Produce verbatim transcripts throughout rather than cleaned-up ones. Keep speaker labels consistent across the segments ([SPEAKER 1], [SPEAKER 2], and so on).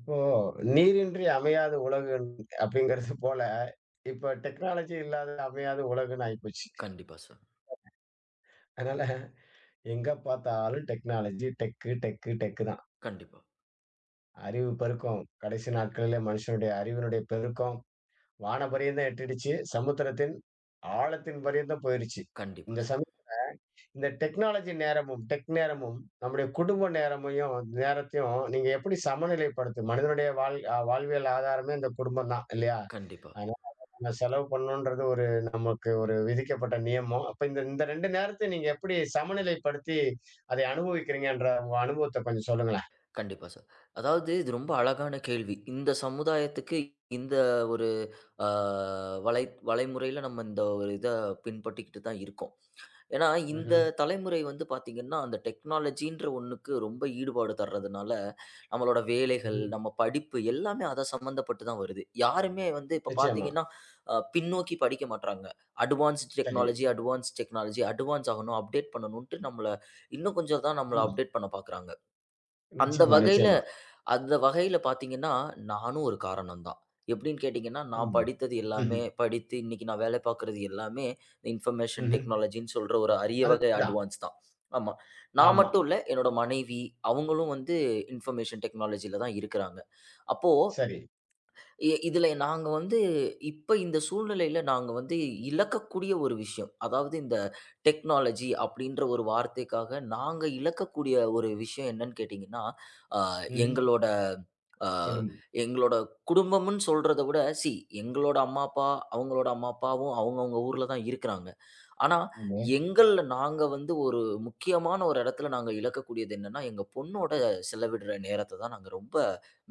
[SPEAKER 1] இப்போ நீரின்றி அமையாத உலகு அப்படிங்கிறது போல இப்ப டெக்னாலஜி இல்லாத அமையாத உலகுன்னு ஆயிப்போச்சு.
[SPEAKER 2] கண்டிப்பா சார்.
[SPEAKER 1] அதனால எங்க பார்த்தாலும் டெக்னாலஜி டெக்கு டெக்கு டெக்கு தான்.
[SPEAKER 2] கண்டிப்பா,
[SPEAKER 1] அறிவு பெருக்கம் கடைசி நாட்களிலே மனுஷனுடைய அறிவினுடைய பெருக்கம் வான பரியந்தம் எட்டிடுச்சு, சமுத்திரத்தின் ஆழத்தின் பரியந்தம் போயிருச்சு.
[SPEAKER 2] கண்டிப்பா
[SPEAKER 1] இந்த
[SPEAKER 2] சார்.
[SPEAKER 1] சமயத்துல இந்த டெக்னாலஜி நேரமும் டெக் நேரமும் நம்முடைய குடும்ப நேரமையும் நேரத்தையும் நீங்க எப்படி சமநிலைப்படுத்து மனிதனுடைய வாழ் அஹ் வாழ்வியல் ஆதாரமே இந்த குடும்பம் தான் இல்லையா?
[SPEAKER 2] கண்டிப்பா,
[SPEAKER 1] நம்ம செலவு பண்ணணுன்றது ஒரு நமக்கு ஒரு விதிக்கப்பட்ட நியமம். அப்ப இந்த இந்த இரண்டு நேரத்தையும் நீங்க எப்படி சமநிலைப்படுத்தி அதை அனுபவிக்கிறீங்கன்ற உங்க அனுபவத்த கொஞ்சம் சொல்லுங்களேன்?
[SPEAKER 2] கண்டிப்பா சார். அதாவது இது ரொம்ப அழகான கேள்வி. இந்த சமுதாயத்துக்கு இந்த ஒரு அ வலை வலைமுறையில நம்ம இந்த ஒரு இத பின்பற்றிக்கிட்டு தான் இருக்கோம். ஏன்னா, இந்த
[SPEAKER 1] ம்ஹ்ம்,
[SPEAKER 2] தலைமுறை வந்து பார்த்தீங்கன்னா, அந்த டெக்னாலஜின்ற ஒண்ணுக்கு ரொம்ப ஈடுபாடு தர்றதுனால, நம்மளோட வேலைகள்,
[SPEAKER 1] ம்ஹ்ம்.
[SPEAKER 2] நம்ம படிப்பு எல்லாமே அத சம்மந்தப்பட்டு தான் வருது. யாருமே வந்து இப்ப
[SPEAKER 1] நிச்சயமா.
[SPEAKER 2] பார்த்தீங்கன்னா, அ பின்னோக்கி படிக்க மாட்றாங்க. அட்வான்ஸ்ட்
[SPEAKER 1] சரி.
[SPEAKER 2] டெக்னாலஜி, அட்வான்ஸ்ட் டெக்னாலஜி, அட்வான்ஸ் ஆகணும், அப்டேட் பண்ணணுன்ட்டு நம்மள இன்னும் கொஞ்சம் தான் நம்மள
[SPEAKER 1] ம்.
[SPEAKER 2] அப்டேட் பண்ண பார்க்குறாங்க. அந்த
[SPEAKER 1] நிச்சயமா,
[SPEAKER 2] வகையில
[SPEAKER 1] நிச்சயமா.
[SPEAKER 2] அந்த வகையில பார்த்தீங்கன்னா, நானும் ஒரு காரணம் தான். எப்படின்னு கேட்டீங்கன்னா, நான்
[SPEAKER 1] சொல்லுங்க.
[SPEAKER 2] படித்தது எல்லாமே
[SPEAKER 1] ம்ஹ்ம்,
[SPEAKER 2] படித்து இன்னைக்கு நான் வேலை பார்க்குறது எல்லாமே இந்த இன்ஃபர்மேஷன்
[SPEAKER 1] ம்ஹ்ம்.
[SPEAKER 2] டெக்னாலஜின்னு சொல்ற ஒரு அரிய வகை
[SPEAKER 1] அதுதான்.
[SPEAKER 2] அட்வான்ஸ் தான். ஆமா. நான்
[SPEAKER 1] ஆமா.
[SPEAKER 2] மட்டும் இல்ல, என்னோட மனைவி அவங்களும் வந்து இன்ஃபர்மேஷன் டெக்னாலஜில தான் இருக்கிறாங்க. அப்போ
[SPEAKER 1] சரி.
[SPEAKER 2] இ இதுல நாங்க வந்து இப்ப இந்த சூழ்நிலையில நாங்க வந்து இழக்கக்கூடிய ஒரு விஷயம். அதாவது இந்த டெக்னாலஜி அப்படின்ற ஒரு வார்த்தைக்காக நாங்க இழக்கக்கூடிய ஒரு விஷயம் என்னன்னு கேட்டீங்கன்னா, அ
[SPEAKER 1] ம்ஹ்ம்.
[SPEAKER 2] எங்களோட அ
[SPEAKER 1] குடும்பம்.
[SPEAKER 2] எங்களோட குடும்பம்ன்னு சொல்றத விட சி எங்களோட அம்மா, அப்பா, அவங்களோட அம்மா, அப்பாவும் அவங்கவங்க ஊர்ல தான் இருக்கிறாங்க. ஆனா,
[SPEAKER 1] ஆமா.
[SPEAKER 2] எங்கள்ல நாங்க வந்து ஒரு முக்கியமான ஒரு இடத்துல நாங்க இழக்கக்கூடியது என்னன்னா, எங்க பொண்ணோட செலவிடுற நேரத்த தான் நாங்க ரொம்ப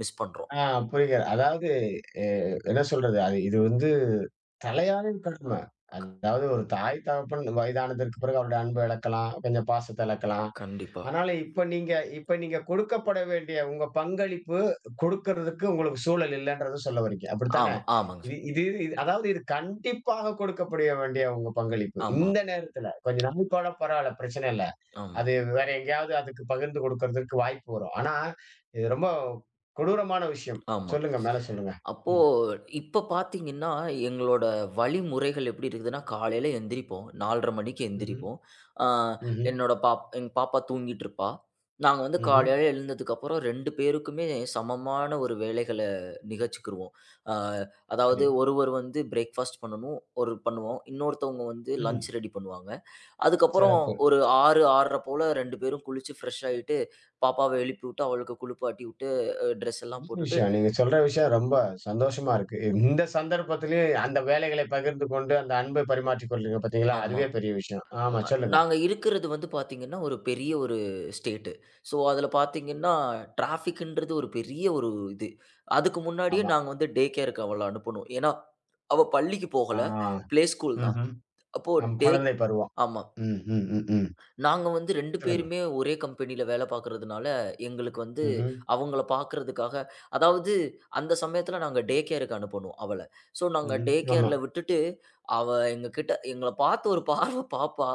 [SPEAKER 2] மிஸ் பண்றோம்.
[SPEAKER 1] ஆ, புரிகிறது. அதாவது எ என்ன சொல்றது? அது இது வந்து தலையாயும் கடமை. அதாவது ஒரு தாய், தகப்பன் வயதானதற்கு பிறகு அவருடைய அன்ப இழக்கலாம். கொஞ்சம் பாசத்த இழக்கலாம்.
[SPEAKER 2] கண்டிப்பா.
[SPEAKER 1] அதனால இப்ப நீங்க இப்ப நீங்க கொடுக்கப்பட வேண்டிய உங்க பங்களிப்பு கொடுக்கறதுக்கு உங்களுக்கு சூழல் இல்லைன்றத சொல்ல வர்றீங்க. அப்படித்தானே?
[SPEAKER 2] ஆமா, ஆமாங்க
[SPEAKER 1] இது
[SPEAKER 2] சார்.
[SPEAKER 1] இது இது அதாவது இது கண்டிப்பாக கொடுக்கப்பட வேண்டிய உங்க பங்களிப்பு.
[SPEAKER 2] ஆமா,
[SPEAKER 1] இந்த நேரத்துல கொஞ்சம் நாள் கூட பரவாயில்ல, பிரச்சனை இல்ல.
[SPEAKER 2] ஆமா,
[SPEAKER 1] அது வேற எங்கேயாவது அதுக்கு பகிர்ந்து கொடுக்கறதற்கு வாய்ப்பு வரும். ஆனா, இது ரொம்ப கொடூரமான விஷயம்.
[SPEAKER 2] ஆமா.
[SPEAKER 1] சொல்லுங்க, மேல சொல்லுங்க.
[SPEAKER 2] அப்போ
[SPEAKER 1] ம்.
[SPEAKER 2] இப்ப பார்த்தீங்கன்னா, எங்களோட வழிமுறைகள் எப்படி இருக்குதுன்னா, காலையில எந்திரிப்போம். நாலரை மணிக்கு
[SPEAKER 1] ம்ஹ்ம்.
[SPEAKER 2] எந்திரிப்போம். ஆ
[SPEAKER 1] ம்ஹ்ம்.
[SPEAKER 2] என்னோட பாப் எங்க பாப்பா தூங்கிட்டுருப்பா. நாங்க வந்து
[SPEAKER 1] ம்ஹ்ம்.
[SPEAKER 2] காலையில எழுந்ததுக்கப்புறம் ரெண்டு பேருக்குமே சமமான ஒரு வேலைகள நிகழ்ச்சிக்கிருவோம். ஆ
[SPEAKER 1] சரி.
[SPEAKER 2] அதாவது ஒருவர் வந்து பிரேக்ஃபாஸ்ட் பண்ணணும். ஒரு பண்ணுவோம். இன்னொருத்தவங்க வந்து
[SPEAKER 1] ம்ஹ்ம்.
[SPEAKER 2] லஞ்ச் ரெடி பண்ணுவாங்க. அதுக்கப்புறம்
[SPEAKER 1] சிறப்பு.
[SPEAKER 2] ஒரு ஆறு, ஆறரை போல ரெண்டு பேரும் குளிச்சு ஃப்ரெஷ் ஆயிட்டு, பாப்பாவ எழுப்பி விட்டு, அவளுக்கு குளிப்பாட்டி விட்டு, அ ட்ரெஸ் எல்லாம்
[SPEAKER 1] நல்ல
[SPEAKER 2] போட்டுட்டு
[SPEAKER 1] விஷயம். நீங்க சொல்ற விஷயம் ரொம்ப சந்தோஷமா இருக்கு. இந்த சந்தர்ப்பத்திலயும் அந்த வேலைகளை பகிர்ந்து கொண்டு, அந்த அன்பை பரிமாற்றிக் கொள்றீங்க பார்த்தீங்களா?
[SPEAKER 2] ஆமா.
[SPEAKER 1] அதுவே பெரிய விஷயம். ஆமா,
[SPEAKER 2] ஆமா.
[SPEAKER 1] சொல்லுங்க.
[SPEAKER 2] நாங்க இருக்கிறது வந்து பார்த்தீங்கன்னா, ஒரு பெரிய ஒரு ஸ்டேட்டு. ஸோ, அதில பார்த்தீங்கன்னா, டிராஃபிக்ன்றது ஒரு பெரிய ஒரு இது. அதுக்கு முன்னாடியே
[SPEAKER 1] ஆமா.
[SPEAKER 2] நாங்க வந்து டே கேருக்கு அவள அனுப்பணும். ஏன்னா, அவ பள்ளிக்கு போகல.
[SPEAKER 1] ஆ.
[SPEAKER 2] பிளே ஸ்கூல் தான்.
[SPEAKER 1] ம்ஹ்ம்.
[SPEAKER 2] அப்போ
[SPEAKER 1] நம்
[SPEAKER 2] டே
[SPEAKER 1] குழந்தை பருவம்.
[SPEAKER 2] ஆமா.
[SPEAKER 1] ம், ம், ம், ம்.
[SPEAKER 2] நாங்க வந்து ரெண்டு
[SPEAKER 1] சொல்லுங்க.
[SPEAKER 2] பேருமே ஒரே கம்பெனியில வேல பார்க்கறதுனால, எங்களுக்கு வந்து
[SPEAKER 1] ம்ஹ்ம்.
[SPEAKER 2] அவங்கள பார்க்கறதுக்காக அதாவது அந்த சமயத்தில நாங்க டே கேருக்கு அனுப்பணும் அவள. ஸோ நாங்க
[SPEAKER 1] ம்ஹ்ம்.
[SPEAKER 2] டே
[SPEAKER 1] ஆமா.
[SPEAKER 2] கேர்ல விட்டுட்டு, அவ எங்ககிட்ட எங்கள பார்த்து ஒரு பார்வ பார்ப்பா.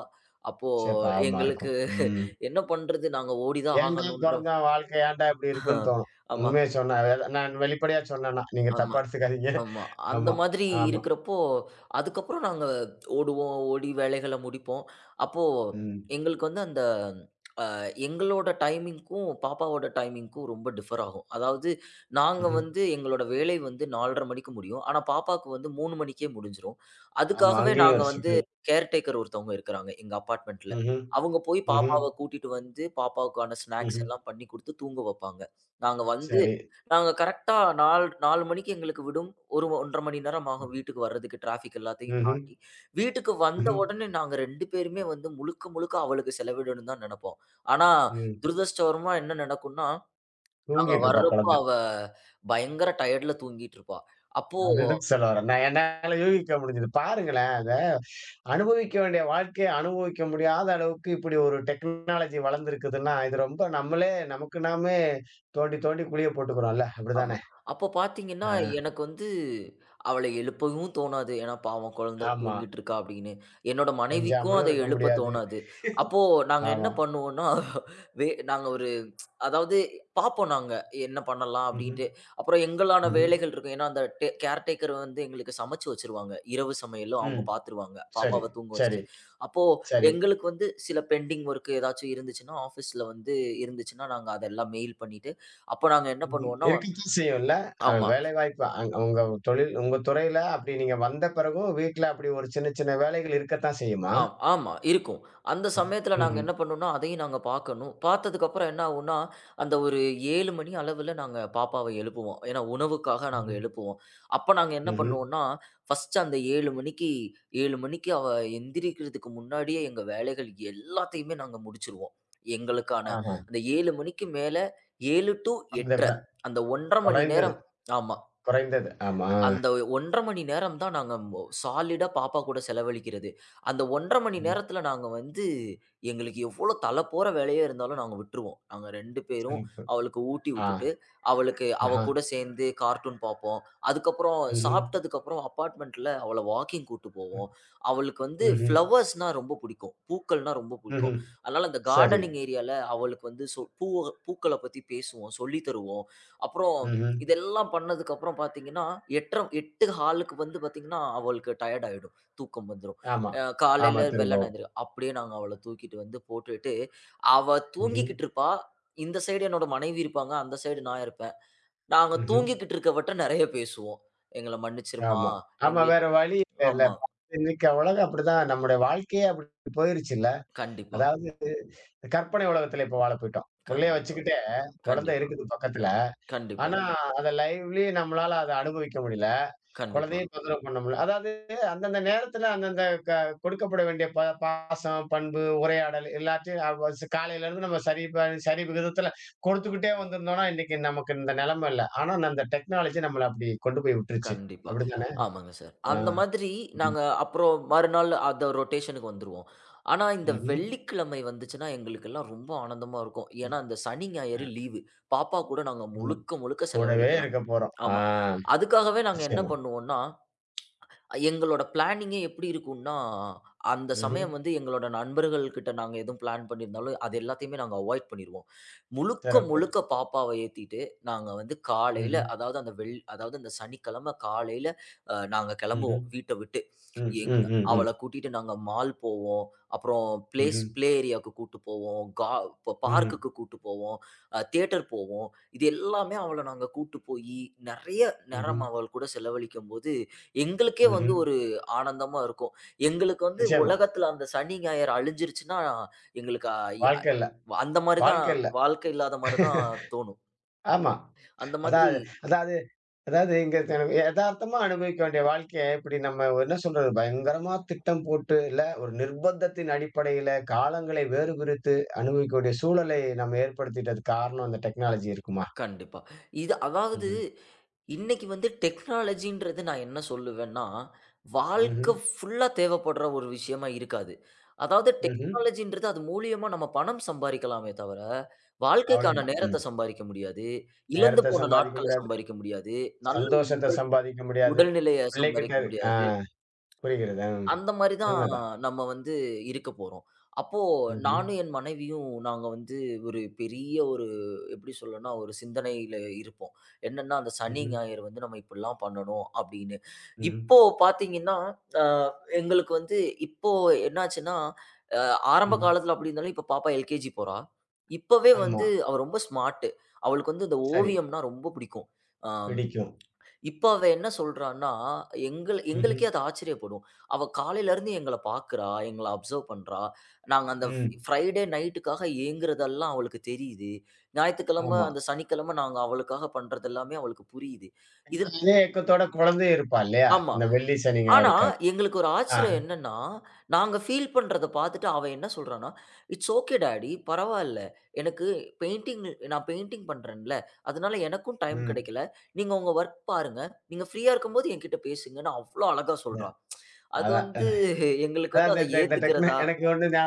[SPEAKER 2] அப்போ
[SPEAKER 1] சே, பாவமா
[SPEAKER 2] எங்களுக்கு
[SPEAKER 1] இருக்கும். ம்.
[SPEAKER 2] என்ன பண்றது? நாங்க ஓடி தான்
[SPEAKER 1] ஏன்டா
[SPEAKER 2] ஆகணுன்றோம்.
[SPEAKER 1] பொறந்தோம்? வாழ்க்கை ஏன்டா இப்படி இருக்குன்னு தோணும்.
[SPEAKER 2] ஆமா,
[SPEAKER 1] உண்மைய சொன்னா, அதாவது நான் வெளிப்படையா சொன்னேன்னா, நீங்க
[SPEAKER 2] ஆமா,
[SPEAKER 1] தப்பா எடுத்துக்காதீங்க.
[SPEAKER 2] ஆமா. அந்த
[SPEAKER 1] ஆமா,
[SPEAKER 2] மாதிரி
[SPEAKER 1] ஆமா.
[SPEAKER 2] இருக்கிறப்போ, அதுக்கப்புறம் நாங்க ஓடுவோம், ஓடி வேலைகள முடிப்போம். அப்போ
[SPEAKER 1] ம்.
[SPEAKER 2] எங்களுக்கு வந்து அந்த எங்களோட டைமிங்க்கும், பாப்பாவோட டைமிங்க்கும் ரொம்ப டிஃபர் ஆகும். அதாவது நாங்க
[SPEAKER 1] ம்ஹ்ம்.
[SPEAKER 2] வந்து எங்களோட வேலை வந்து நாலரை மணிக்கு முடியும். ஆனா பாப்பாவுக்கு வந்து மூணு மணிக்கே முடிஞ்சிரும்.
[SPEAKER 1] ஆமா,
[SPEAKER 2] அதுக்காகவே ம்.
[SPEAKER 1] அங்கேயும்
[SPEAKER 2] நாங்க
[SPEAKER 1] ஒரு
[SPEAKER 2] வந்து
[SPEAKER 1] சிக்கல்.
[SPEAKER 2] கேர்டேக்கர் ஒருத்தவங்க இருக்கிறாங்க எங்க அபார்ட்மெண்ட்ல.
[SPEAKER 1] ம்ஹ்ம்.
[SPEAKER 2] அவங்க போய்
[SPEAKER 1] ம்ஹ்ம்.
[SPEAKER 2] பாப்பாவ கூட்டிட்டு வந்து பாப்பாவுக்கான ஸ்நாக்ஸ்
[SPEAKER 1] ம்ஹ்ம்.
[SPEAKER 2] எல்லாம் பண்ணி குடுத்து தூங்க வைப்பாங்க. நாங்க வந்து
[SPEAKER 1] சரி.
[SPEAKER 2] நாங்க கரெக்ட்டா நாலு நாலு மணிக்கு எங்களுக்கு விடும். ஒரு ஒன்று அரை மணி நேரம் ஆகும் வீட்டுக்கு வர்றதுக்கு டிராஃபிக் எல்லாத்தையும்
[SPEAKER 1] ம்ஹ்ம்,
[SPEAKER 2] தாண்டி. வீட்டுக்கு வந்த
[SPEAKER 1] ம்ஹ்ம்,
[SPEAKER 2] உடனே நாங்க ரெண்டு பேருமே வந்து முழுக்க முழுக்க அவளுக்கு செலவிடணும்னு தான் நெனைப்போம். ஆனா,
[SPEAKER 1] ம்.
[SPEAKER 2] துரதிர்ஷ்டவரமா என்ன நடக்கும்னா, நாங்க
[SPEAKER 1] தூங்கிட்டு இருப்பா
[SPEAKER 2] வர்றப்போ
[SPEAKER 1] குழந்தை.
[SPEAKER 2] அவ பயங்கர டயர்டுல தூங்கிட்டு இருப்பா. அப்போ
[SPEAKER 1] அதுதான் சொல்ல வரேன். நான் என்னால யூகிக்க முடிஞ்சது. பாருங்களேன், அத அனுபவிக்க வேண்டிய வாழ்க்கைய அனுபவிக்க முடியாத அளவுக்கு இப்படி ஒரு டெக்னாலஜி வளர்ந்திருக்குதுன்னா, இது ரொம்ப நம்மளே நமக்கு நாமே தோண்டி தோண்டி குழிய போட்டுக்கிறோம்ல.
[SPEAKER 2] ஆமா.
[SPEAKER 1] அப்படிதானே?
[SPEAKER 2] அப்ப பார்த்தீங்கன்னா,
[SPEAKER 1] ஆ,
[SPEAKER 2] எனக்கு வந்து அவள எழுப்பவும் தோணாது. ஏன்னா, பாவம் குழந்தை
[SPEAKER 1] ஆமா.
[SPEAKER 2] தூங்கிட்டு இருக்கா அப்படின்னு. என்னோட மனைவிக்கும்
[SPEAKER 1] கொஞ்சாமலும்
[SPEAKER 2] அதை
[SPEAKER 1] இருக்க
[SPEAKER 2] எழுப்ப
[SPEAKER 1] முடியாது.
[SPEAKER 2] தோணாது. அப்போ நாங்க என்ன
[SPEAKER 1] ஆமா.
[SPEAKER 2] பண்ணுவோம்னா, வே நாங்க ஒரு அதாவது பார்ப்போம் நாங்க. என்ன பண்ணலாம்
[SPEAKER 1] ம்ஹ்ம்,
[SPEAKER 2] அப்படின்ட்டு. அப்புறம் எங்களான
[SPEAKER 1] ம்ஹ்ம்.
[SPEAKER 2] வேலைகள் இருக்கும். ஏன்னா, அந்த டே கேர்டேக்கர் வந்து எங்களுக்கு சமைச்சு வச்சுருவாங்க. இரவு சமையலும்
[SPEAKER 1] ம்.
[SPEAKER 2] அவங்க பார்த்துருவாங்க.
[SPEAKER 1] சரி,
[SPEAKER 2] பாப்பாவ தூங்க
[SPEAKER 1] சரி,
[SPEAKER 2] வச்சுட்டு. அப்போ
[SPEAKER 1] சரி.
[SPEAKER 2] எங்களுக்கு வந்து சில பெண்டிங் ஒர்க் ஏதாச்சும் இருந்துச்சுன்னா, ஆஃபீஸ்ல வந்து இருந்துச்சுன்னா, நாங்க அதெல்லாம் மெயில் பண்ணிட்டு, அப்போ நாங்க என்ன
[SPEAKER 1] ம்.
[SPEAKER 2] பண்ணுவோம்னா
[SPEAKER 1] இருக்கத்தான் செய்யும்ல. அ
[SPEAKER 2] ஆமா.
[SPEAKER 1] வேலைவாய்ப்பு அங் உங்க தொழில் உங்க துறையில அப்படி நீங்க வந்த பிறகும் வீட்ல அப்படி ஒரு சின்ன சின்ன வேலைகள் இருக்கத்தான் செய்யுமா?
[SPEAKER 2] ஆம் ஆமா இருக்கும். அந்த
[SPEAKER 1] ம்.
[SPEAKER 2] சமயத்தில நாங்க
[SPEAKER 1] ம்ஹ்ம்.
[SPEAKER 2] என்ன பண்ணோம்னா, அதையும் நாங்க பார்க்கணும். பார்த்ததுக்கப்புறம் என்ன ஆகும்னா, அந்த ஒரு ஏழு மணி அளவில நாங்க பாப்பாவ எழுப்புவோம். ஏன்னா, உணவுக்காக நாங்க
[SPEAKER 1] ம்ஹ்ம்.
[SPEAKER 2] எழுப்புவோம். அப்ப நாங்க என்ன
[SPEAKER 1] ம்ஹ்ம்.
[SPEAKER 2] பண்ணுவோம்னா, ஃபர்ஸ்ட்டு அந்த ஏழு மணிக்கு ஏழு மணிக்கு அவ எந்திரிக்கிறதுக்கு முன்னாடியே எங்க வேலைகள் எல்லாத்தையுமே நாங்க முடிச்சுருவோம். எங்களுக்கான
[SPEAKER 1] ஆஹா.
[SPEAKER 2] அந்த ஏழு மணிக்கு மேல ஏழு டூ
[SPEAKER 1] அத விட
[SPEAKER 2] எட்டரை
[SPEAKER 1] ஆமாங்க.
[SPEAKER 2] அந்த ஒன்று அரை மணி
[SPEAKER 1] குறைந்தது,
[SPEAKER 2] நேரம் ஆமா.
[SPEAKER 1] குறைந்தது. ஆமா.
[SPEAKER 2] அந்த ஒன்று அரை மணி நேரம் தான் நாங்க மொ சாலிடா பாப்பா கூட செலவழிக்கிறது. அந்த ஒன்று அரை மணி
[SPEAKER 1] ம்.
[SPEAKER 2] நேரத்தில நாங்க வந்து எங்களுக்கு எவ்ளோ தல போற வேலையே இருந்தாலும் நாங்க விட்டுருவோம். நாங்க ரெண்டு பேரும்
[SPEAKER 1] சிறப்பு.
[SPEAKER 2] அவளுக்கு ஊட்டி
[SPEAKER 1] ஆ.
[SPEAKER 2] விட்டுட்டு, அவளுக்கு அவ
[SPEAKER 1] ஆஹா.
[SPEAKER 2] கூட சேர்ந்து கார்ட்டூன் பாப்போம். அதுக்கப்புறம்
[SPEAKER 1] ம்ஹ்ம்.
[SPEAKER 2] சாப்பிட்டதுக்கப்புறம் அப்பார்ட்மெண்ட்ல அவள வாக்கிங் கூட்டு
[SPEAKER 1] ம்.
[SPEAKER 2] போவோம். அவளுக்கு வந்து
[SPEAKER 1] ம்ஹ்ம்.
[SPEAKER 2] ஃப்ளவர்ஸ்னா ரொம்ப புடிக்கும். பூக்கள்னா ரொம்ப புடிக்கும்.
[SPEAKER 1] ம்ஹ்ம்.
[SPEAKER 2] அதனால அந்த
[SPEAKER 1] சரி.
[SPEAKER 2] கார்டனிங் ஏரியால அவளுக்கு வந்து சொ பூவ பூக்கள பத்தி பேசுவோம், சொல்லி தருவோம். அப்புறம்
[SPEAKER 1] ம்ஹ்ம்.
[SPEAKER 2] இதெல்லாம் பண்ணதுக்கு அப்புறம் பார்த்தீங்கன்னா, எட்டரை எட்டு ஹாலுக்கு வந்து பார்த்தீங்கன்னா, அவளுக்கு டயர்ட் ஆயிடும். தூக்கம் வந்துரும்.
[SPEAKER 1] ஆமா.
[SPEAKER 2] அ
[SPEAKER 1] ஆமா.
[SPEAKER 2] காலையில வெள்ளன
[SPEAKER 1] திரும்பவும்.
[SPEAKER 2] எந்திரி அப்படியே நாங்க அவள தூக்கிட்டு வந்து போட்டுட்டு, அவ
[SPEAKER 1] ம்ஹ்ம்.
[SPEAKER 2] தூங்கிக்கிட்டு இருப்பா. இந்த சைடு என்னோட மனைவி இருப்பாங்க. அந்த சைடு நான் இருப்பேன். நாங்க
[SPEAKER 1] ம்ஹ்ம்.
[SPEAKER 2] தூங்கிக்கிட்டு இருக்கவட்ட நெறைய பேசுவோம். "எங்கள மன்னிச்சிருமா,
[SPEAKER 1] ஆமா. ஆமா. வேற
[SPEAKER 2] எங்களுக்கு."
[SPEAKER 1] வழி இல்லல்ல.
[SPEAKER 2] ஆமா.
[SPEAKER 1] இன்னைக்கு உலகம் அப்படிதான். நம்முடைய வாழ்க்கையே அப்படி போயிருச்சுல்ல.
[SPEAKER 2] கண்டிப்பா,
[SPEAKER 1] அதாவது கற்பனை உலகத்துல இப்ப வாழ போயிட்டோம். புள்ளைய
[SPEAKER 2] கண்டிப்பா,
[SPEAKER 1] வச்சுக்கிட்டே குழந்தை
[SPEAKER 2] கண்டிப்பா,
[SPEAKER 1] இருக்குது பக்கத்துல.
[SPEAKER 2] கண்டிப்பா,
[SPEAKER 1] ஆனா, அத லைவ்லி நம்மளால அத அனுபவிக்க முடியல.
[SPEAKER 2] கண்டிப்பா.
[SPEAKER 1] குழந்தையும் தொந்தரவு பண்ண முடியல. அதாவது அந்தந்த நேரத்துல அந்தந்த க கொடுக்கப்பட வேண்டிய ப பாசம், பண்பு, உரையாடல் எல்லாத்தையும் அவ ஸ் காலையில இருந்து நம்ம சரி ப சரி விகிதத்துல கொடுத்துக்கிட்டே வந்திருந்தோம்னா, இன்னைக்கு நமக்கு இந்த நிலைமை இல்ல. ஆனா, அந்த டெக்னாலஜி நம்மள அப்படி கொண்டு போய் விட்டுருச்சு.
[SPEAKER 2] கண்டிப்பா.
[SPEAKER 1] அப்படித்தானே?
[SPEAKER 2] ஆமாங்க சார்.
[SPEAKER 1] ஆ.
[SPEAKER 2] அந்த மாதிரி
[SPEAKER 1] ம்.
[SPEAKER 2] நாங்க அப்புறம் மறுநாள் அந்த ரொட்டேஷனுக்கு வந்துருவோம். ஆனா, இந்த
[SPEAKER 1] ம்ஹ்ம்.
[SPEAKER 2] வெள்ளிக்கிழமை வந்துச்சுன்னா எங்களுக்கெல்லாம் ரொம்ப ஆனந்தமா இருக்கும். ஏன்னா, அந்த சனி, ஞாயிறு
[SPEAKER 1] அ
[SPEAKER 2] லீவு. பாப்பா கூட நாங்க
[SPEAKER 1] ஆமா.
[SPEAKER 2] முழுக்க, முழுக்க
[SPEAKER 1] கூடவே
[SPEAKER 2] செலவழிக்கலாம்.
[SPEAKER 1] இருக்க போறோம். ஆ,
[SPEAKER 2] ஆமா. அதுக்காகவே நாங்க என்ன
[SPEAKER 1] நிச்சயமா.
[SPEAKER 2] பண்ணுவோம்னா எங்களோட பிளானிங்கே எப்படி இருக்கும்னா, அந்த
[SPEAKER 1] ம்ஹ்ம்.
[SPEAKER 2] சமயம் வந்து எங்களோட நண்பர்கள் கிட்ட நாங்க எதுவும் பிளான் பண்ணியிருந்தாலும், அது எல்லாத்தையுமே நாங்க அவாய்ட் பண்ணிருவோம். முழுக்க
[SPEAKER 1] சிறப்பு.
[SPEAKER 2] முழுக்க பாப்பாவ ஏத்திட்டு, நாங்க வந்து
[SPEAKER 1] ம்ஹ்ம்.
[SPEAKER 2] காலையில அதாவது அந்த வெள் அதாவது அந்த சனிக்கிழமை காலையில அ நாங்க
[SPEAKER 1] ம்ஹ்ம்.
[SPEAKER 2] கிளம்புவோம் வீட்ட விட்டு.
[SPEAKER 1] ம்,
[SPEAKER 2] எங்க
[SPEAKER 1] ம், ம், ம்.
[SPEAKER 2] அவள கூட்டிட்டு நாங்க மால் போவோம். அப்புறம் பிளேஸ்
[SPEAKER 1] ம்ஹ்ம்,
[SPEAKER 2] பிளே ஏரியாவுக்கு கூட்டு போவோம். கா ப
[SPEAKER 1] ம்ஹ்ம்,
[SPEAKER 2] பார்க்குக்கு கூட்டு போவோம். அ தியேட்டர் போவோம். இது எல்லாமே அவள நாங்க கூட்டு போயி, நெறைய
[SPEAKER 1] ம்ஹ்ம்,
[SPEAKER 2] நேரம் அவள் கூட செலவழிக்கும்போது எங்களுக்கே வந்து
[SPEAKER 1] ம்ஹ்ம்.
[SPEAKER 2] ஒரு ஆனந்தமா இருக்கும். எங்களுக்கு வந்து
[SPEAKER 1] நிச்சயமா.
[SPEAKER 2] உலகத்துல அந்த சனி, ஞாயிறு அழிஞ்சிருச்சுன்னா, எங்களுக்கு அ இ அ
[SPEAKER 1] வாழ்க்கை இல்ல,
[SPEAKER 2] அந்த மாரி தான்
[SPEAKER 1] வாழ்க்கை இல்ல.
[SPEAKER 2] வாழ்க்கை இல்லாத மாரி தான் தோணும்.
[SPEAKER 1] ஆமா.
[SPEAKER 2] அந்த மாதிரி
[SPEAKER 1] அதாவது அதாவது அதாவது இங்க த எதார்த்தமா அனுபவிக்க வேண்டிய வாழ்க்கைய இப்படி நம்ம என்ன சொல்றது, பயங்கரமா திட்டம் போட்டு இல்ல ஒரு நிர்பந்தத்தின் அடிப்படையில காலங்களை வேறுபிரித்து அனுபவிக்க வேண்டிய சூழலை நம்ம ஏற்படுத்திட்டதுக்கு காரணம் அந்த டெக்னாலஜி இருக்குமா?
[SPEAKER 2] கண்டிப்பா. இது அதாவது
[SPEAKER 1] ம்ஹ்ம்,
[SPEAKER 2] இன்னைக்கு வந்து டெக்னாலஜின்றது நான் என்ன சொல்லுவேன்னா,
[SPEAKER 1] ம்ஹ்ம்,
[SPEAKER 2] வாழ்க்க ஃபுல்லா தேவைப்படுற ஒரு விஷயமா இருக்காது. அதாவது
[SPEAKER 1] ம்ஹ்ம்.
[SPEAKER 2] டெக்னாலஜின்றது அது மூலியமா நம்ம பணம் சம்பாரிக்கலாமே தவிர, வாழ்க்கைக்கான
[SPEAKER 1] அவ்வளவுதான்.
[SPEAKER 2] நேரத்த
[SPEAKER 1] ம்.
[SPEAKER 2] சம்பாரிக்க முடியாது. இழந்து
[SPEAKER 1] நேரத்த
[SPEAKER 2] போன
[SPEAKER 1] சம்பாதிக்க
[SPEAKER 2] நாட்கள
[SPEAKER 1] முடியாது.
[SPEAKER 2] சம்பாரிக்க முடியாது. நல்ல
[SPEAKER 1] சந்தோஷத்த சம்பாதிக்க முடியாது.
[SPEAKER 2] உடல்நிலைய
[SPEAKER 1] பிள்ளைகிட்ட
[SPEAKER 2] சம்பாதிக்க
[SPEAKER 1] ஆ,
[SPEAKER 2] முடியாது.
[SPEAKER 1] புரிகிறது. ம்.
[SPEAKER 2] அந்த மாரி தான்
[SPEAKER 1] உண்மைதான்.
[SPEAKER 2] நம்ம வந்து இருக்க போறோம். அப்போ
[SPEAKER 1] ம்ஹ்ம்.
[SPEAKER 2] நானும் என் மனைவியும் நாங்க வந்து ஒரு பெரிய ஒரு எப்படி சொல்லணும்னா, ஒரு சிந்தனையில இருப்போம். என்னன்னா, அந்த சனி,
[SPEAKER 1] ம்ஹ்ம்.
[SPEAKER 2] ஞாயிறு வந்து நம்ம இப்படிலாம் பண்ணணும் அப்படின்னு.
[SPEAKER 1] ம்ஹ்ம்.
[SPEAKER 2] இப்போ பார்த்தீங்கன்னா, அ எங்களுக்கு வந்து இப்போ என்னாச்சுன்னா, அ ஆரம்ப
[SPEAKER 1] ம்ஹ்ம்.
[SPEAKER 2] காலத்தில அப்படி இருந்தாலும் இப்போ பாப்பா எல்கேஜி போறா. இப்பவே
[SPEAKER 1] ஆமா.
[SPEAKER 2] வந்து அவ ரொம்ப ஸ்மார்ட்டு. அவளுக்கு வந்து இந்த
[SPEAKER 1] சரி.
[SPEAKER 2] ஓவியம்னா ரொம்ப பிடிக்கும். அ
[SPEAKER 1] பிடிக்கும்.
[SPEAKER 2] இப்ப அவ என்ன சொல்றான்னா, எங்கள்
[SPEAKER 1] ம்ஹ்ம்.
[SPEAKER 2] எங்களுக்கே அது ஆச்சரியப்படும். அவ காலையிலருந்து எங்கள பார்க்குறா, எங்கள அப்சர்வ் பண்றா. நாங்க அந்த ஃப்
[SPEAKER 1] ம்.
[SPEAKER 2] ஃப்ரைடே நைட்டுக்காக ஏங்குறதெல்லாம் அவளுக்கு தெரியுது. ஞாயித்துக்கிழம
[SPEAKER 1] ஆமா.
[SPEAKER 2] அந்த சனிக்கிழம நாங்க அவளுக்காக பண்றதெல்லாமே அவளுக்கு புரியுது. இது
[SPEAKER 1] இன்னும் அதே ஏக்கத்தோட குழந்தையும் இருப்பா இல்லையா?
[SPEAKER 2] ஆமா.
[SPEAKER 1] அந்த வெள்ளி, சனி,
[SPEAKER 2] ஆனா,
[SPEAKER 1] ஞாயிறுக்காக.
[SPEAKER 2] எங்களுக்கு ஒரு
[SPEAKER 1] ஆஹா.
[SPEAKER 2] ஆச்சரியம் என்னன்னா, நாங்க ஃபீல் பண்றத பார்த்துட்டு அவன் என்ன சொல்றான்னா, "இட்ஸ் ஓகே டாடி, பரவால்ல. எனக்கு பெயிண்டிங் நான் பெயிண்டிங் பண்றேன்ல, அதனால எனக்கும் டைம்
[SPEAKER 1] ம்.
[SPEAKER 2] கிடைக்கல. நீங்க உங்க வொர்க் பாருங்க. நீங்க ஃப்ரீயா இருக்கும்போது என்கிட்ட பேசுங்கன்னு." அவ்ளோ அழகா
[SPEAKER 1] அதான்.
[SPEAKER 2] சொல்றான். அது
[SPEAKER 1] அதான்.
[SPEAKER 2] வந்து எங்களுக்கு வந்து
[SPEAKER 1] அதாவது
[SPEAKER 2] அத
[SPEAKER 1] இந்த இந்த டெக்னா
[SPEAKER 2] ஏத்துக்கிறதா
[SPEAKER 1] எனக்கு ஒண்ணு ஞா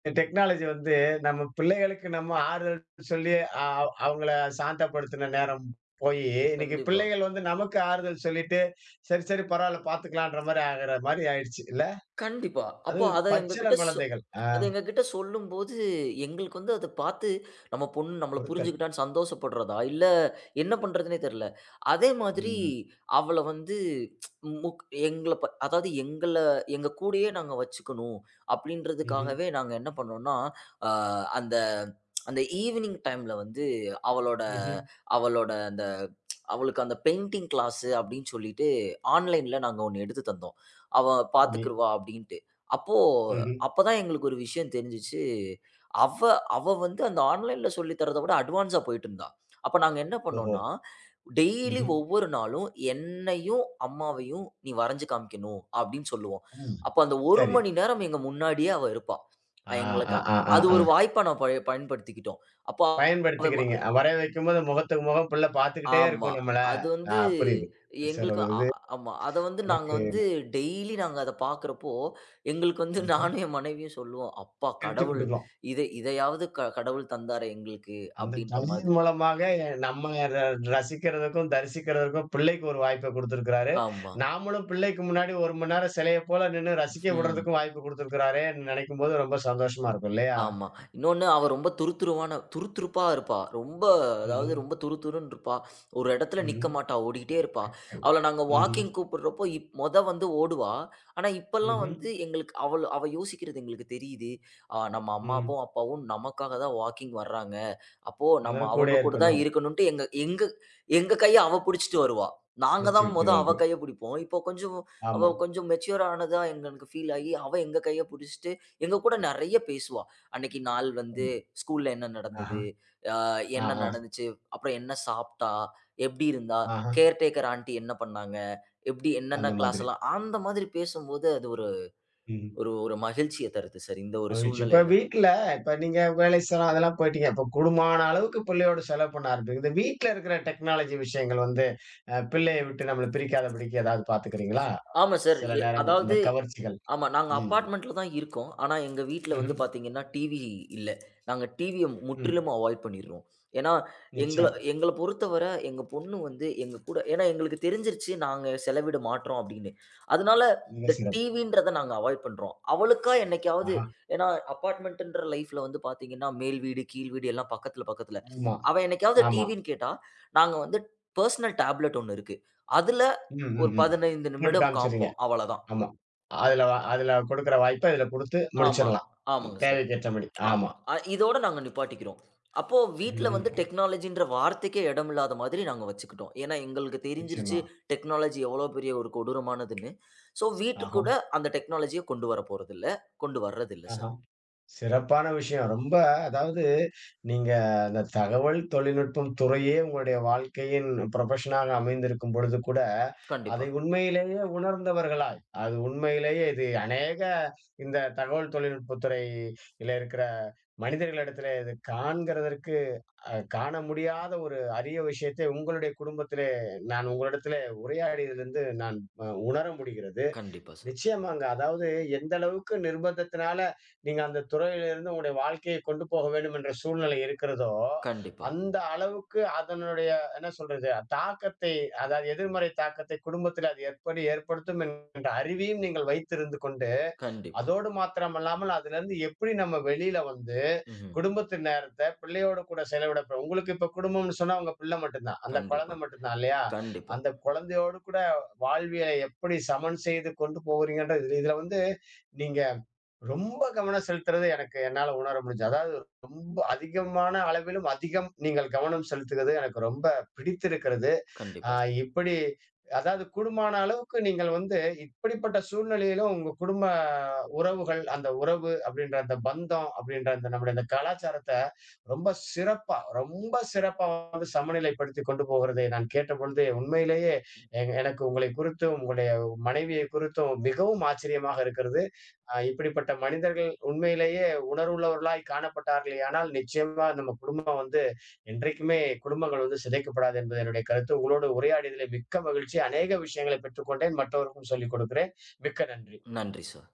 [SPEAKER 1] இந்த டெக்னாலஜி வந்து நம்ம பிள்ளைகளுக்கு நம்ம ஆறுதல் சொல்லி அ அவங்கள சாந்தப்படுத்தின நேரம் போயி, இன்னைக்கு
[SPEAKER 2] கண்டிப்பா.
[SPEAKER 1] பிள்ளைகள் வந்து நமக்கு ஆறுதல் சொல்லிட்டு, சரி, சரி பரவால்ல பார்த்துக்கலான்ற மாரி ஆகுற மாரி ஆயிடுச்சு. இல்ல?
[SPEAKER 2] கண்டிப்பா. அப்போ
[SPEAKER 1] அதுவும்
[SPEAKER 2] அத எங்ககிட்ட
[SPEAKER 1] பச்சிளம்
[SPEAKER 2] சொ
[SPEAKER 1] குழந்தைகள். ஆ.
[SPEAKER 2] அத எங்ககிட்ட சொல்லும்போது, எங்களுக்கு வந்து அத பார்த்து நம்ம பொண்ணு நம்மள
[SPEAKER 1] ஒருத்தர்.
[SPEAKER 2] புரிஞ்சுக்கிட்டான்னு சந்தோஷப்படுறதா, இல்ல என்ன பண்றதுன்னே தெரியல. அதே மாதிரி
[SPEAKER 1] ம்.
[SPEAKER 2] அவள வந்து முக் எங்கள ப அதாவது எங்கள எங்க கூடயே நாங்க வச்சுக்கணும்
[SPEAKER 1] ம்ஹ்ம்.
[SPEAKER 2] அப்படின்றதுக்காகவே நாங்க என்ன பண்ணோம்னா, அ அந்த அந்த ஈவினிங் டைம்ல வந்து அவளோட
[SPEAKER 1] ம்ஹ்ம்.
[SPEAKER 2] அவளோட அந்த அவளுக்கு அந்த பெயிண்டிங் கிளாஸ் அப்படின்னு சொல்லிட்டு ஆன்லைன்ல நாங்க ஒண்ணு எடுத்து தந்தோம். அவ
[SPEAKER 1] சரி.
[SPEAKER 2] பார்த்துக்கிருவா அப்படின்ட்டு. அப்போ
[SPEAKER 1] ம்ஹ்ம்.
[SPEAKER 2] அப்பதான் எங்களுக்கு ஒரு விஷயம் தெரிஞ்சுச்சு. அவ அவ வந்து அந்த ஆன்லைன்ல சொல்லி தர்றத விட அட்வான்ஸா போயிட்டுருந்தா. அப்ப நாங்க என்ன
[SPEAKER 1] ஓஹோ!
[SPEAKER 2] பண்ணோம்னா, டெய்லி
[SPEAKER 1] ம்ஹ்ம்.
[SPEAKER 2] ஒவ்வொரு நாளும் என்னையும், அம்மாவையும் "நீ வரைஞ்சு காமிக்கணும்" அப்படின்னு சொல்லுவோம்.
[SPEAKER 1] ம்.
[SPEAKER 2] அப்ப அந்த ஒரு
[SPEAKER 1] சரி.
[SPEAKER 2] மணி நேரம் எங்க முன்னாடியே அவ இருப்பா.
[SPEAKER 1] ஆ,
[SPEAKER 2] அஹ்
[SPEAKER 1] ஆ,
[SPEAKER 2] எங்களுக்கு
[SPEAKER 1] ஆ, ஆ,
[SPEAKER 2] அது
[SPEAKER 1] ஆ.
[SPEAKER 2] ஒரு வாய்ப்பா நான் பய பயன்படுத்திக்கிட்டோம். அப்போ அவ
[SPEAKER 1] பயன்படுத்திக்கிறீங்க. வரைய வைக்கும்போது முகத்துக்கு முகம் புள்ள பார்த்துக்கிட்டே
[SPEAKER 2] ஆமா.
[SPEAKER 1] இருக்கும் நம்மள.
[SPEAKER 2] அது
[SPEAKER 1] ஆ,
[SPEAKER 2] வந்து
[SPEAKER 1] புரியுது. சரி,
[SPEAKER 2] எங்களுக்கு
[SPEAKER 1] ஒரு
[SPEAKER 2] அ
[SPEAKER 1] இது
[SPEAKER 2] அ- ஆமா. அத வந்து நாங்க
[SPEAKER 1] எனக்கு
[SPEAKER 2] வந்து டெய்லி நாங்க அத பார்க்குறப்போ, எங்களுக்கு வந்து
[SPEAKER 1] ஆஹா,
[SPEAKER 2] நானும் என் மனைவியும் சொல்லுவோம். "அப்பா கடவுள்
[SPEAKER 1] திருத்திக்கிட்டுக்கிறோம்.
[SPEAKER 2] இதை இதையாவது க கடவுள் தந்தாரே எங்களுக்கு."
[SPEAKER 1] அந்த
[SPEAKER 2] அப்படின்ற
[SPEAKER 1] கலையின்
[SPEAKER 2] மாதிரி.
[SPEAKER 1] மூலமாக நம்ம ர ரசிக்கிறதுக்கும், தரிசிக்கிறதுக்கும் பிள்ளைக்கு ஒரு வாய்ப்ப குடுத்திருக்கிறாரு.
[SPEAKER 2] ஆமா.
[SPEAKER 1] நாமளும் பிள்ளைக்கு முன்னாடி ஒரு மணி நேரம் சிலைய போல நின்னு ரசிக்க
[SPEAKER 2] ம்.
[SPEAKER 1] விடுறதுக்கும் வாய்ப்பு குடுத்திருக்கிறாரேன்னு நினைக்கும்போது ரொம்ப சந்தோஷமா இருக்கும் இல்லையா?
[SPEAKER 2] ஆமா. இன்னொன்னு அவ ரொம்ப துருதுருவான துருதுருப்பா இருப்பா. ரொம்ப அதாவது
[SPEAKER 1] ம்ஹ்ம்.
[SPEAKER 2] ரொம்ப துருதுருன்னு இருப்பா. ஒரு இடத்துல நிக்க
[SPEAKER 1] ம்ஹ்ம்.
[SPEAKER 2] மாட்டா. ஓடிக்கிட்டே இருப்பா.
[SPEAKER 1] அச்சோ!
[SPEAKER 2] அவள நாங்க
[SPEAKER 1] ம்ஹ்ம்.
[SPEAKER 2] வாக்கிங் கூப்பிடுறப்போ, இப் மொத வந்து ஓடுவா. ஆனா இப்பல்லாம்
[SPEAKER 1] ம்ஹ்ம்.
[SPEAKER 2] வந்து எங்களுக்கு அவள் அவ யோசிக்கிறது எங்களுக்கு தெரியுது. ஆ நம்ம
[SPEAKER 1] ம்.
[SPEAKER 2] அம்மாவும், அப்பாவும் நமக்காக தான் வாக்கிங் வர்றாங்க. அப்போ
[SPEAKER 1] அதனால
[SPEAKER 2] நம்ம
[SPEAKER 1] கூடயே
[SPEAKER 2] அவங்க கூட தான்
[SPEAKER 1] இருக்கணும்.
[SPEAKER 2] இருக்கணுன்ட்டு எங்க எங்க எங்க கைய அவ புடிச்சுட்டு வருவா. நாங்க தான்
[SPEAKER 1] பிடிச்சுக்கிட்டு
[SPEAKER 2] மொத அவ
[SPEAKER 1] வருது.
[SPEAKER 2] கைய புடிப்போம். இப்போ கொஞ்சம் அவ
[SPEAKER 1] ஆமா.
[SPEAKER 2] கொஞ்சம் மெச்சூர் ஆனதா எங்களுக்கு ஃபீல் ஆகி, அவ எங்க கைய புடிச்சுட்டு, எங்க கூட நெறைய பேசுவா. அன்னைக்கு நாள் வந்து
[SPEAKER 1] ம்.
[SPEAKER 2] ஸ்கூல்ல என்ன
[SPEAKER 1] ஆஹா.
[SPEAKER 2] நடந்தது? அ
[SPEAKER 1] ஆ,
[SPEAKER 2] என்ன
[SPEAKER 1] ஆ,
[SPEAKER 2] நடந்துச்சு? அப்புறம் என்ன சாப்பிட்டா? எப்படி இருந்தா?
[SPEAKER 1] ஆஹா.
[SPEAKER 2] கேர்டேக்கர் ஆன்ட்டி என்ன பண்ணாங்க? எப்படி என்னென்ன
[SPEAKER 1] அந்த
[SPEAKER 2] கிளாஸ்
[SPEAKER 1] மாதிரி.
[SPEAKER 2] எல்லாம் அந்த மாதிரி பேசும்போது அது ஒரு
[SPEAKER 1] ம்.
[SPEAKER 2] ஒரு ஒரு மகிழ்ச்சிய தருது சார், இந்த ஒரு
[SPEAKER 1] மகிழ்ச்சி. இப்ப
[SPEAKER 2] சூழ்நிலையில.
[SPEAKER 1] வீட்ல இப்ப நீங்க வேலை ஸ்தலம் அதெல்லாம் போயிட்டீங்க. இப்ப கூடுமான அளவுக்கு பிள்ளையோட செலவு பண்ண ஆரம்பிக்கிறீங்க. இந்த வீட்ல இருக்கிற டெக்னாலஜி விஷயங்கள் வந்து அ பிள்ளைய விட்டு நம்மள பிரிக்காதபடிக்கு ஏதாவது பார்த்துக்கிறீங்களா?
[SPEAKER 2] ஆமா சார்.
[SPEAKER 1] சில
[SPEAKER 2] எ
[SPEAKER 1] நேரங்கள்ல அந்த
[SPEAKER 2] அதாவது
[SPEAKER 1] கவர்ச்சிகள்.
[SPEAKER 2] ஆமா. நாங்க
[SPEAKER 1] ம்.
[SPEAKER 2] அபார்ட்மெண்ட்ல தான் இருக்கோம். ஆனா, எங்க வீட்ல வந்து
[SPEAKER 1] ம்ஹ்ம்.
[SPEAKER 2] பார்த்தீங்கன்னா, டிவி இல்ல. நாங்க டிவிய
[SPEAKER 1] ம்.
[SPEAKER 2] முற்றிலுமா அவாய்ட் பண்ணிருவோம். ஏன்னா, எங்கள
[SPEAKER 1] நிச்சயம்.
[SPEAKER 2] எங்கள பொறுத்தவர எங்க பொண்ணு வந்து எங்க கூட ஏன்னா எங்களுக்கு தெரிஞ்சிருச்சு நாங்க செலவிட மாட்றோம் அப்படின்னு. அதனால
[SPEAKER 1] மிக
[SPEAKER 2] இந்த
[SPEAKER 1] சிறப்பு.
[SPEAKER 2] டிவின்றத நாங்க அவாய்ட் பண்றோம். அவளுக்கா என்னைக்காவது
[SPEAKER 1] ஆஹா.
[SPEAKER 2] ஏன்னா அபார்ட்மெண்ட்ன்ற லைஃப்ல வந்து பார்த்தீங்கன்னா, மேல் வீடு, கீழ் வீடு எல்லாம் பக்கத்துல பக்கத்துல.
[SPEAKER 1] ஆமா,
[SPEAKER 2] அவ என்னைக்காவது
[SPEAKER 1] ஆமா.
[SPEAKER 2] டிவின்னு கேட்டா, நாங்க வந்து பெர்சனல் டேப்லெட் ஒண்ணு இருக்கு. அதுல
[SPEAKER 1] ம், ம்,
[SPEAKER 2] ஒரு
[SPEAKER 1] ம்.
[SPEAKER 2] பதினைந்து
[SPEAKER 1] போட்டு
[SPEAKER 2] நிமிடம்
[SPEAKER 1] காமிச்சுறீங்க.
[SPEAKER 2] காமிப்போம். அவ்வளதான்.
[SPEAKER 1] ஆமா. அதுல வ அதுல குடுக்குற வாய்ப்ப இதுல குடுத்து
[SPEAKER 2] ஆமா.
[SPEAKER 1] முடிச்சிரலாம்.
[SPEAKER 2] ஆமாங்க சார்.
[SPEAKER 1] தேவைக்கேற்றபடி. ஆமா.
[SPEAKER 2] ஆமா. அ இதோட நாங்க நிப்பாட்டிக்கிறோம். அப்போ வீட்ல வந்து
[SPEAKER 1] ம்.
[SPEAKER 2] டெக்னாலஜின்ற வார்த்தைக்கே இடம் இல்லாத மாதிரி நாங்க வச்சுக்கிட்டோம். ஏன்னா எங்களுக்கு
[SPEAKER 1] நிச்சயமா.
[SPEAKER 2] தெரிஞ்சிருச்சு டெக்னாலஜி எவ்வளோ பெரிய ஒரு கொடூரமானதுன்னு. ஸோ
[SPEAKER 1] ஆஹா,
[SPEAKER 2] வீட்டுக்கூட அந்த டெக்னாலஜிய கொண்டு வர போறதில்ல. கொண்டு வர்றதில்ல
[SPEAKER 1] ஆஹா.
[SPEAKER 2] சார்.
[SPEAKER 1] சிறப்பான விஷயம். ரொம்ப அதாவது நீங்க அந்த தகவல் தொழில்நுட்பம் துறையே உங்களுடைய வாழ்க்கையின் ப்ரொஃபஷனாக அமைந்திருக்கும் பொழுது கூட, அதை
[SPEAKER 2] கண்டிப்பா.
[SPEAKER 1] உண்மையிலேயே உணர்ந்தவர்களாய், அது உண்மையிலேயே இது அநேக இந்த தகவல் தொழில்நுட்பத் துறையில இருக்கிற மனிதர்களிடத்திலே இது காண்கிறதற்கு அ காண முடியாத ஒரு அரிய விஷயத்தை உங்களுடைய குடும்பத்திலே நான் உங்களிடத்திலே உரையாடியதிலிருந்து நான் அ உணர முடிகிறது.
[SPEAKER 2] கண்டிப்பா சார்.
[SPEAKER 1] நிச்சயமாங்க. அதாவது எந்த அளவுக்கு நிர்பந்தத்தினால நீங்க அந்த துறையிலிருந்து உங்களுடைய வாழ்க்கையை கொண்டு போக வேண்டும் என்ற சூழ்நிலை இருக்கிறதோ,
[SPEAKER 2] கண்டிப்பா.
[SPEAKER 1] அந்த அளவுக்கு அதனுடைய என்ன சொல்றது? தாக்கத்தை, அதாவது எதிர்மறை தாக்கத்தை குடும்பத்தில அது எப்படி ஏற்படுத்தும் என்ற அறிவையும் நீங்கள் வைத்திருந்து கொண்டு
[SPEAKER 2] கண்டிப்பா.
[SPEAKER 1] அதோடு மாத்திரம் அல்லாமல் அதுல இருந்து எப்படி நம்ம வெளியில வந்து
[SPEAKER 2] ம்ஹ்ம்.
[SPEAKER 1] குடும்பத்து நேரத்தை பிள்ளையோட கூட செலவிட போறோம். உங்களுக்கு இப்ப குடும்பம்னு சொன்னா உங்க பிள்ளை மட்டும்தான். அந்த
[SPEAKER 2] கண்டிப்பா.
[SPEAKER 1] குழந்தை மட்டும்தான் இல்லையா?
[SPEAKER 2] கண்டிப்பா.
[SPEAKER 1] அந்த குழந்தையோடு கூட வாழ்வியலை எப்படி சமன் செய்து கொண்டு போகிறீங்கன்றது இதுல வந்து நீங்க ரொம்ப கவனம் செலுத்துறது எனக்கு என்னால உணர முடிஞ்சது. அதாவது ரொம்ப அதிகமான அளவிலும் அதிகம் நீங்கள் கவனம் செலுத்துவது எனக்கு ரொம்ப பிடித்திருக்கிறது. அ
[SPEAKER 2] கண்டிப்பா சார்.
[SPEAKER 1] இப்படி அதாவது கூடுமான அளவுக்கு நீங்கள் வந்து இப்படிப்பட்ட சூழ்நிலையிலும் உங்க குடும்ப உறவுகள், அந்த உறவு அப்படின்ற அந்த பந்தம் அப்படின்ற அந்த நம்முடைய அந்த கலாச்சாரத்த ரொம்ப சிறப்பா, ரொம்ப சிறப்பா வந்து சமநிலைப்படுத்தி கொண்டு போகிறதை நான் கேட்டபொழுது உண்மையிலேயே எ எனக்கு உங்களை குறித்தும், உங்களுடைய மனைவியை குறித்தும் மிகவும் ஆச்சரியமாக இருக்கிறது. ஆ, இப்படிப்பட்ட மனிதர்கள் உண்மையிலேயே உணர்வுள்ளவர்களாய் காணப்பட்டார்களேயானால், நிச்சயமா நம்ம குடும்பம் வந்து என்றைக்குமே குடும்பங்கள் வந்து சிதைக்கப்படாது என்பது என்னுடைய கருத்து. உங்களோடு உரையாடியதிலே மிக்க மகிழ்ச்சி. அநேக விஷயங்களை பெற்றுக்கொண்டேன். மற்றவருக்கும் சொல்லிக் கொடுக்கிறேன். மிக்க நன்றி.
[SPEAKER 2] நன்றி சார்.